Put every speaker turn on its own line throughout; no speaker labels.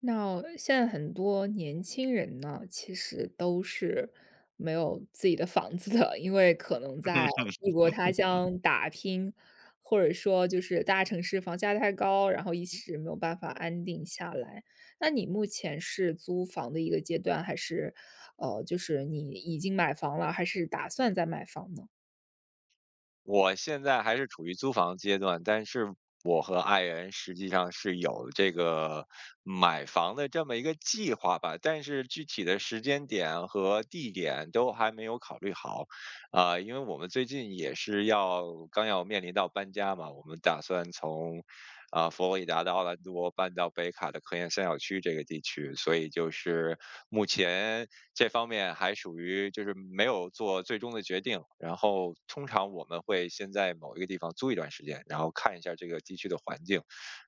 那现在很多年轻人呢，其实都是没有自己的房子的，因为可能
嗯，
在 异国他乡打拼，或者说就是大城市房价太高，然后一时没有办法安定下来。那你目前是租房的一个阶段，还是就是你已经买房了，还是打算再买房呢？
我现在还是处于租房阶段，但是我和爱人实际上是有这个买房的这么一个计划吧，但是具体的时间点和地点都还没有考虑好。因为我们最近也是要刚要面临到搬家嘛，我们打算从佛罗里达的奥兰多搬到北卡的科研三角区这个地区，所以就是目前这方面还属于就是没有做最终的决定。然后通常我们会先在某一个地方租一段时间，然后看一下这个地区的环境。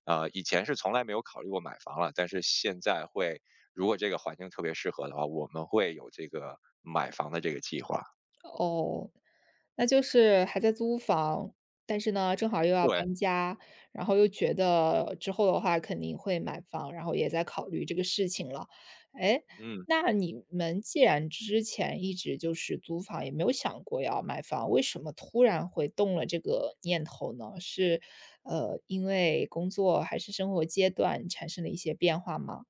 以前是从来没有考虑过买房了，但是现在会，如果这个环境特别适合的话，我们会有这个买房的这个计划。
哦，那就是还在租房，但是呢，正好又要
对，
搬家，然后又觉得之后的话肯定会买房，然后也在考虑这个事情了。哎，
嗯。
那你们既然之前一直就是租房，也没有想过要买房，为什么突然会动了这个念头呢？是，因为工作还是生活阶段产生了一些变化吗？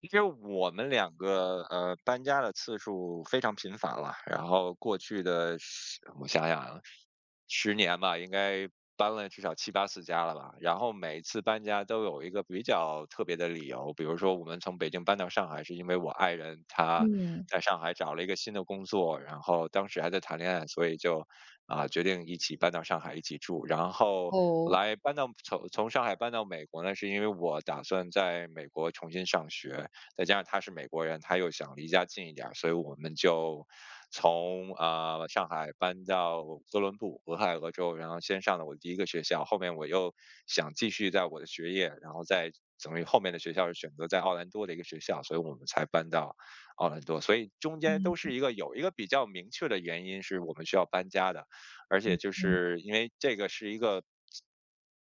其实我们两个搬家的次数非常频繁了，然后过去的十，我想想啊，10年吧，应该搬了至少七八次家了吧。然后每一次搬家都有一个比较特别的理由，比如说我们从北京搬到上海，是因为我爱人他
嗯，
在上海找了一个新的工作，然后当时还在谈恋爱，所以就决定一起搬到上海一起住，然后。
哦，
来搬到从从上海搬到美国呢，是因为我打算在美国重新上学，再加上他是美国人，他又想离家近一点儿，所以我们就从上海搬到哥伦布，俄亥俄州，然后先上了我的第一个学校，后面我又想继续在我的学业，然后再等于后面的学校是选择在奥兰多的一个学校，所以我们才搬到奥兰多，所以中间都是一个有一个比较明确的原因是我们需要搬家的，而且就
嗯，
是因为这个是一个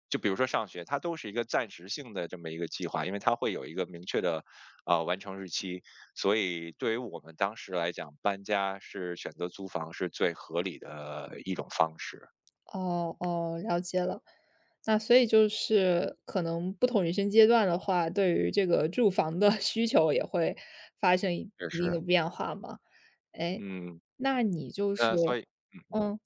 就比如说上学，它都是一个暂时性的这么一个计划，因为它会有一个明确的完成日期。所以对于我们当时来讲，搬家是选择租房是最合理的一种方式，
哦哦，了解了。那所以就是可能不同人生阶段的话，对于这个住房的 需求也会发生一
确
定
实，
的变化嘛。哎，
嗯，
那你就是
那所以
嗯，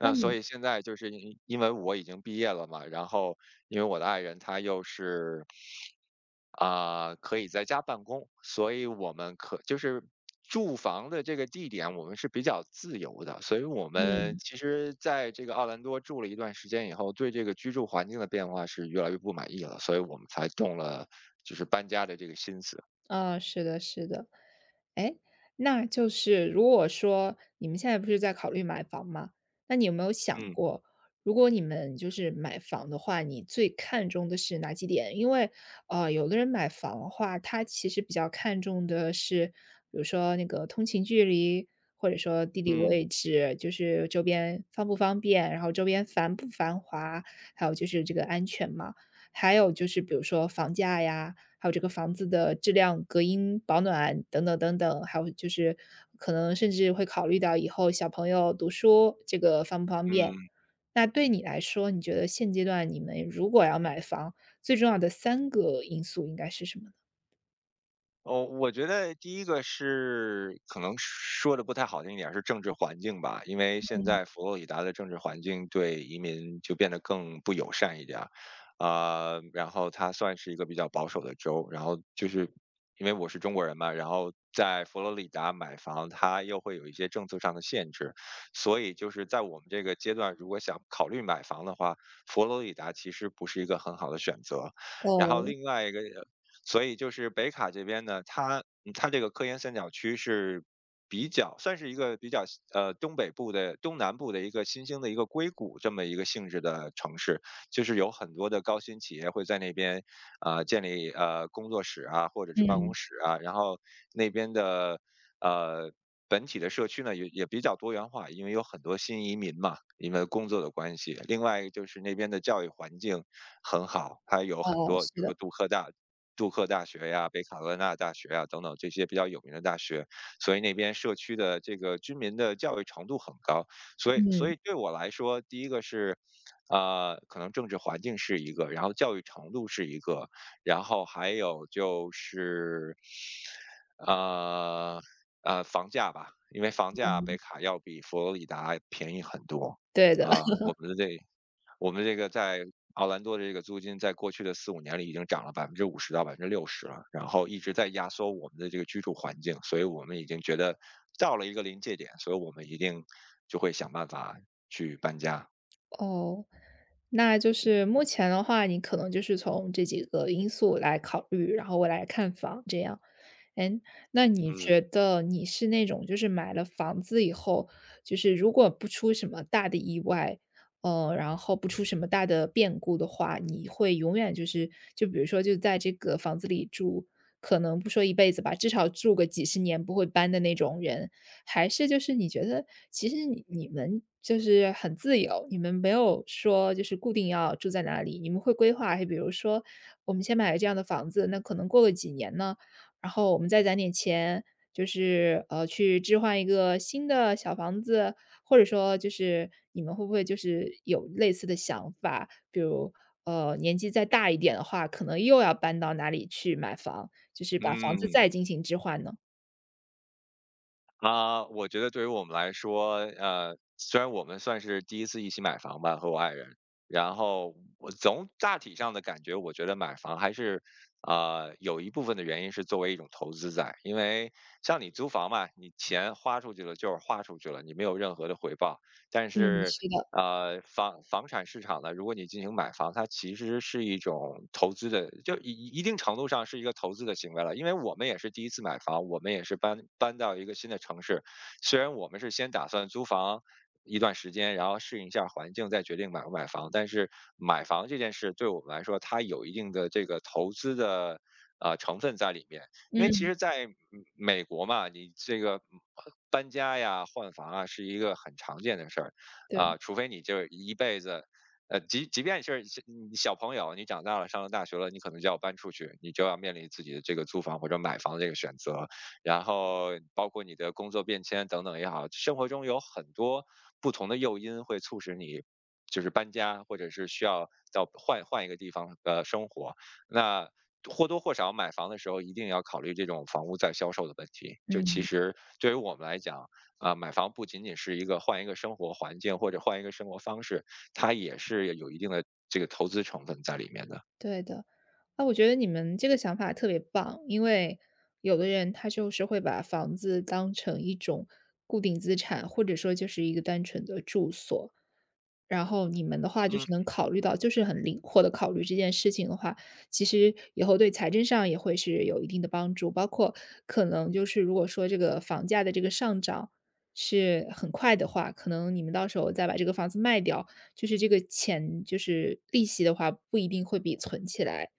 那
所
你
以现在就是因为我已经毕业了嘛，然后因为我的爱人她又是，可以在家办公，所以我们可就是住房的这个地点我们是比较自由的，所以我们
嗯。
其实在这个奥兰多住了一段时间以后，对这个居住环境的变化是越来越不满意了，所以我们才动了就是搬家的这个心思。
啊，是的，是的。哎，那就是如果说你们现在不是在考虑买房吗？那你有没有想
嗯
过，如果你们就是买房的话，你最看重的是哪几点？因为，有的人买房的话，他其实比较看重的是，比如说那个通勤距离，或者说地理
嗯
位置，就是周边方不方便，然后周边繁不繁华，还有就是这个安全嘛，还有就是比如说房价呀。还有这个房子的质量、隔音、保暖等等等等，还有就是可能甚至会考虑到以后小朋友读书这个方不方便。
嗯。
那对你来说，你觉得现阶段你们如果要买房，最重要的三个因素应该是什么呢？
哦，我觉得第一个是可能说的不太好听一点儿是政治环境吧，因为现在佛罗里达的政治环境对移民就变得更不友善一点儿，然后它算是一个比较保守的州，然后就是因为我是中国人嘛，然后在佛罗里达买房，它又会有一些政策上的限制，所以就是在我们这个阶段，如果想考虑买房的话，佛罗里达其实不是一个很好的选择。然后
哦，
另外一个所以就是北卡这边呢，它它这个科研三角区是比较算是一个比较东北部的东南部的一个新兴的一个硅谷这么一个性质的城市，就是有很多的高新企业会在那边建立工作室啊或者是办公
嗯，
室啊，然后那边的呃。本体的社区呢也比较多元化，因为有很多新移民嘛，因为工作的关系。另外就是那边的教育环境很好，它有很
哦，
多，比
是
如说
的，
杜克大学呀、北卡罗来纳大学呀等等这些比较有名的大学，所以那边社区的这个居民的教育程度很高。所以，所
嗯，
以对我来说，第一个是。啊，可能政治环境是一个，然后教育程度是一个，然后还有就是，呃，房价吧，因为房价北卡要比佛罗里达便宜很多。
对的，
啊，我们这个在奥兰多的这个租金，在过去的四五年里已经涨了50%到60%了，然后一直在压缩我们的这个居住环境，所以我们已经觉得到了一个临界点，所以我们一定就会想办法去搬家。
哦。那就是目前的话，你可能就是从这几个因素来考虑，然后我来看房这样。哎，那你
嗯，
觉得你是那种就是买了房子以后，就是如果不出什么大的意外，然后不出什么大的变故的话，你会永远就是就比如说就在这个房子里住，可能不说一辈子吧，至少住个几十年不会搬的那种人？还是就是你觉得其实你们就是很自由，你们没有说就是固定要住在哪里，你们会规划，哎比如说我们先买了这样的房子，那可能过个几年呢？然后我们再攒点钱，就是去置换一个新的小房子，或者说就是你们会不会就是有类似的想法？比如年纪再大一点的话，可能又要搬到哪里去买房，就是把房子
嗯。
再进行置换呢？
啊，我觉得对于我们来说，虽然我们算是第一次一起买房吧，和我爱人，然后我从大体上的感觉，我觉得买房还是，有一部分的原因是作为一种投资在，因为像你租房嘛，你钱花出去了就是花出去了，你没有任何的回报，但
嗯，
是
是的，
房产市场呢，如果你进行买房，它其实是一种投资的，就一定程度上是一个投资的行为了。因为我们也是第一次买房，我们也是搬到一个新的城市，虽然我们是先打算租房一段时间，然后适应一下环境，再决定买不买房。但是买房这件事对我们来说，它有一定的这个投资的。成分在里面，因为其
嗯，
实，在美国嘛，你这个搬家呀、换房啊，是一个很常见的事儿。
对，
除非你就是一辈子，即便是你小朋友，你长大了上了大学了，你可能就要搬出去，你就要面临自己的这个租房或者买房的这个选择，然后包括你的工作变迁等等也好，生活中有很多不同的诱因会促使你。就是搬家，或者是需要到换一个地方生活，那或多或少买房的时候一定要考虑这种房屋再销售的问题。就其
嗯，
实对于我们来讲，啊，买房不仅仅是一个换一个生活环境或者换一个生活方式，它也是有一定的这个投资成分在里面的。
对的。那我觉得你们这个想法特别棒，因为有的人他就是会把房子当成一种固定资产，或者说就是一个单纯的住所。然后你们的话就
嗯，
是能考虑到就是很灵活的考虑这件事情的话，其实以后对财政上也会是有一定的帮助。包括可能就是如果说这个房价的这个上涨是很快的话，可能你们到时候再把这个房子卖掉，就是这个钱就是利息的话，不一定会比存起来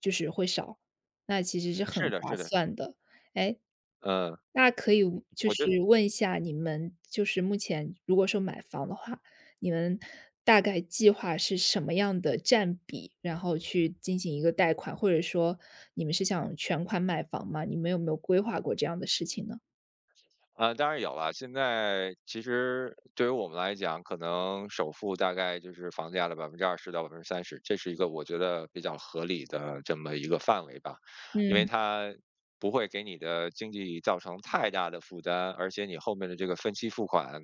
就是会少，那其实是很
是的
划
是的，
算的。哎，
嗯，
那可以就
我觉得。
是问一下你们就是目前如果说买房的话，你们大概计划是什么样的占比，然后去进行一个贷款，或者说你们是想全款买房吗？你们有没有规划过这样的事情呢？
啊，当然有了。现在其实对于我们来讲，可能首付大概就是房价的20%到30%，这是一个我觉得比较合理的这么一个范围吧。因为
嗯，
它不会给你的经济造成太大的负担，而且你后面的这个分期付款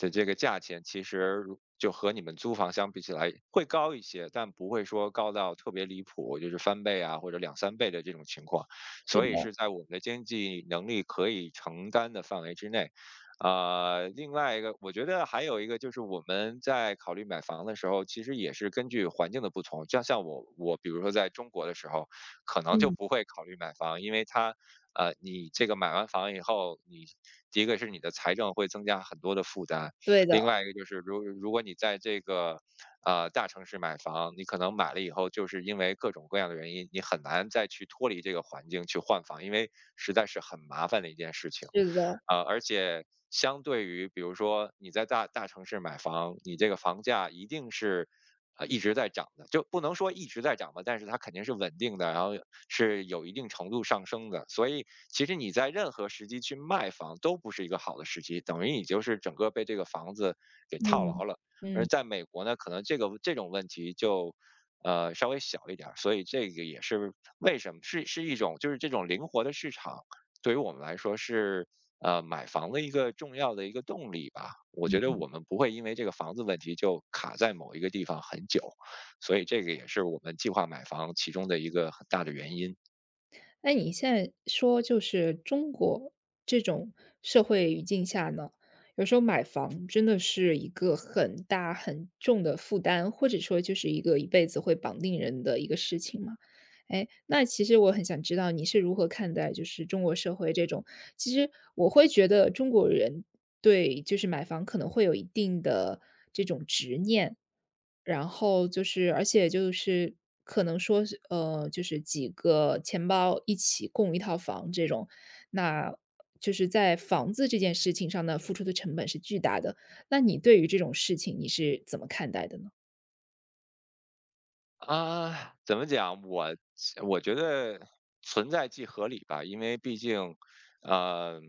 的这个价钱，其实如就和你们租房相比起来会高一些，但不会说高到特别离谱，就是翻倍啊或者两三倍的这种情况。
是
所
的，
以是在我们的经济能力可以承担的范围之内。另外一个，我觉得还有一个就是我们在考虑买房的时候，其实也是根据环境的不同。就像我，我比如说在中国的时候，可能就
嗯，
不会考虑买房，因为它，你这个买完房以后，你第一个是你的财政会增加很多的负担，
对的，
另外一个就是，如果你在这个大城市买房，你可能买了以后，就是因为各种各样的原因，你很难再去脱离这个环境去换房，因为实在是很麻烦的一件事情。
是的，
而且相对于比如说你在大城市买房，你这个房价一定是一直在涨的，就不能说一直在涨吧，但是它肯定是稳定的，然后是有一定程度上升的。所以其实你在任何时机去卖房都不是一个好的时机，等于你就是整个被这个房子给套牢
嗯，
了。而
嗯。
在美国呢，可能这个这种问题就。稍微小一点儿，所以这个也是为什么是一种就是这种灵活的市场，对于我们来说是买房的一个重要的一个动力吧。我觉得我们不会因为这个房子问题就卡在某一个地方很久，所以这个也是我们计划买房其中的一个很大的原因。
哎，你现在说就是中国这种社会语境下呢，有时候买房真的是一个很大很重的负担，或者说就是一个一辈子会绑定人的一个事情嘛。哎，那其实我很想知道你是如何看待就是中国社会这种，其实我会觉得中国人对就是买房可能会有一定的这种执念，然后就是，而且就是可能说是，就是几个钱包一起供一套房这种，那就是在房子这件事情上呢，付出的成本是巨大的。那你对于这种事情你是怎么看待的呢？
啊，怎么讲？我觉得存在即合理吧，因为毕竟呃，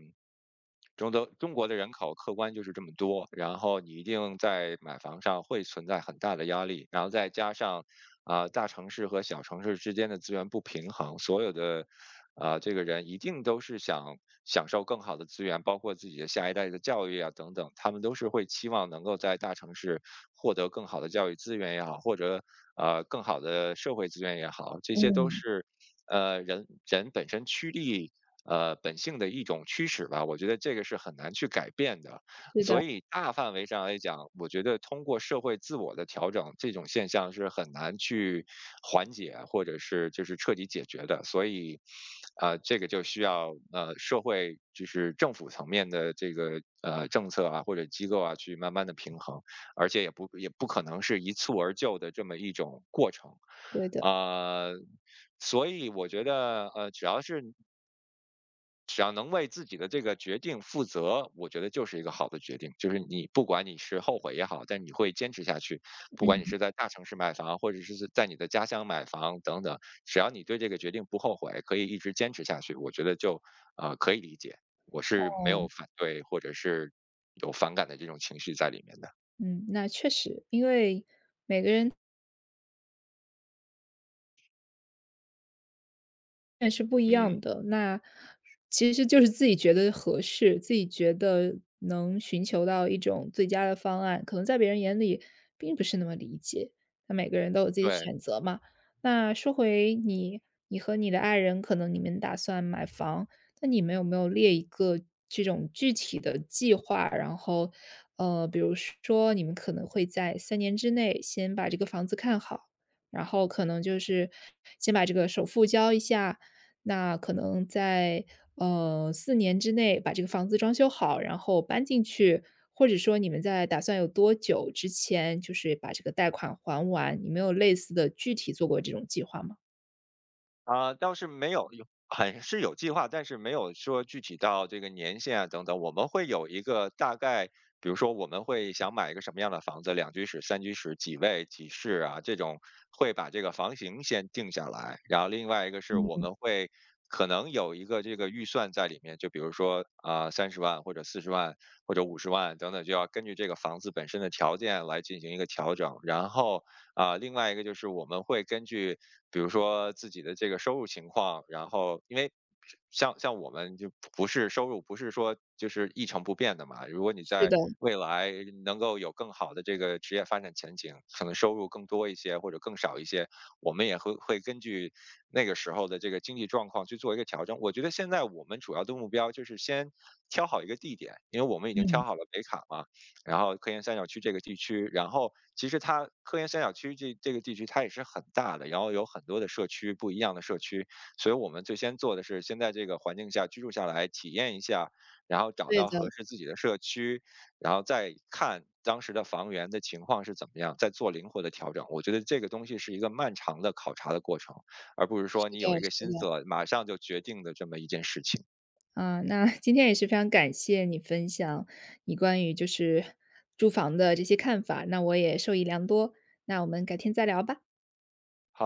中国的人口客观就是这么多，然后你一定在买房上会存在很大的压力，然后再加上啊、大城市和小城市之间的资源不平衡，所有的啊、这个人一定都是想享受更好的资源，包括自己的下一代的教育啊等等，他们都是会期望能够在大城市获得更好的教育资源也好，或者更好的社会资源也好，这些都
嗯，
是人人本身趋利本性的一种驱使吧，我觉得这个是很难去改变的。
是的，
所以大范围上来讲，我觉得通过社会自我的调整，这种现象是很难去缓解或者是就是彻底解决的。所以，这个就需要社会就是政府层面的这个政策啊或者机构啊去慢慢的平衡，而且也不可能是一蹴而就的这么一种过程。
对的。
呃，所以我觉得，只要能为自己的这个决定负责，我觉得就是一个好的决定。就是你不管你是后悔也好，但你会坚持下去。不管你是在大城市买房，或者是在你的家乡买房等等，只要你对这个决定不后悔，可以一直坚持下去，我觉得就可以理解。我是没
哦
有反对或者是有反感的这种情绪在里面的。
嗯，那确实，因为也是不一
嗯，
样的。那其实就是自己觉得合适，自己觉得能寻求到一种最佳的方案，可能在别人眼里并不是那么理解。那每个人都有自己的
对。
选择嘛。那说回你，你和你的爱人，可能你们打算买房，那你们有没有列一个这种具体的计划？然后，比如说你们可能会在3年之内先把这个房子看好，然后可能就是先把这个首付交一下，那可能在，4年之内把这个房子装修好，然后搬进去，或者说你们在打算有多久之前就是把这个贷款还完，你们有类似的具体做过这种计划吗？
啊，倒是没有，有很是有计划，但是没有说具体到这个年限啊等等。我们会有一个大概，比如说我们会想买一个什么样的房子，两居室、三居室，几卫几室啊，这种会把这个房型先定下来。然后另外一个是我们会可能有一个这个预算在里面，就比如说啊30万或者40万或者50万等等，就要根据这个房子本身的条件来进行一个调整。然后啊、另外一个就是我们会根据比如说自己的这个收入情况，然后因为像我们就不是收入不是说就是一成不变的嘛，如果你
是
在
的，
未来能够有更好的这个职业发展前景，可能收入更多一些或者更少一些，我们会根据那个时候的这个经济状况去做一个调整。我觉得现在我们主要的目标就是先挑好一个地点，因为我们已经挑
嗯，
好了北卡嘛，然后科研三角区这个地区，然后其实它科研三角区这个地区它也是很大的，然后有很多的社区，不一样的社区，所以我们最先做的是先在这个环境下居住下来，体验一下，然后找
对
到
的，
合适自己的社区，然后再看当时的房源的情况是怎么样，再做灵活的调整。我觉得这个东西是一个漫长的考察的过程，而不是
是
说你有
的，
一个心
是
思
的。
了马上就决定的这么一件事情。
啊，那 今天也是非常感谢你分享你关于就是住房的这些看法，那我也受益良多，那我们改天再聊吧。
好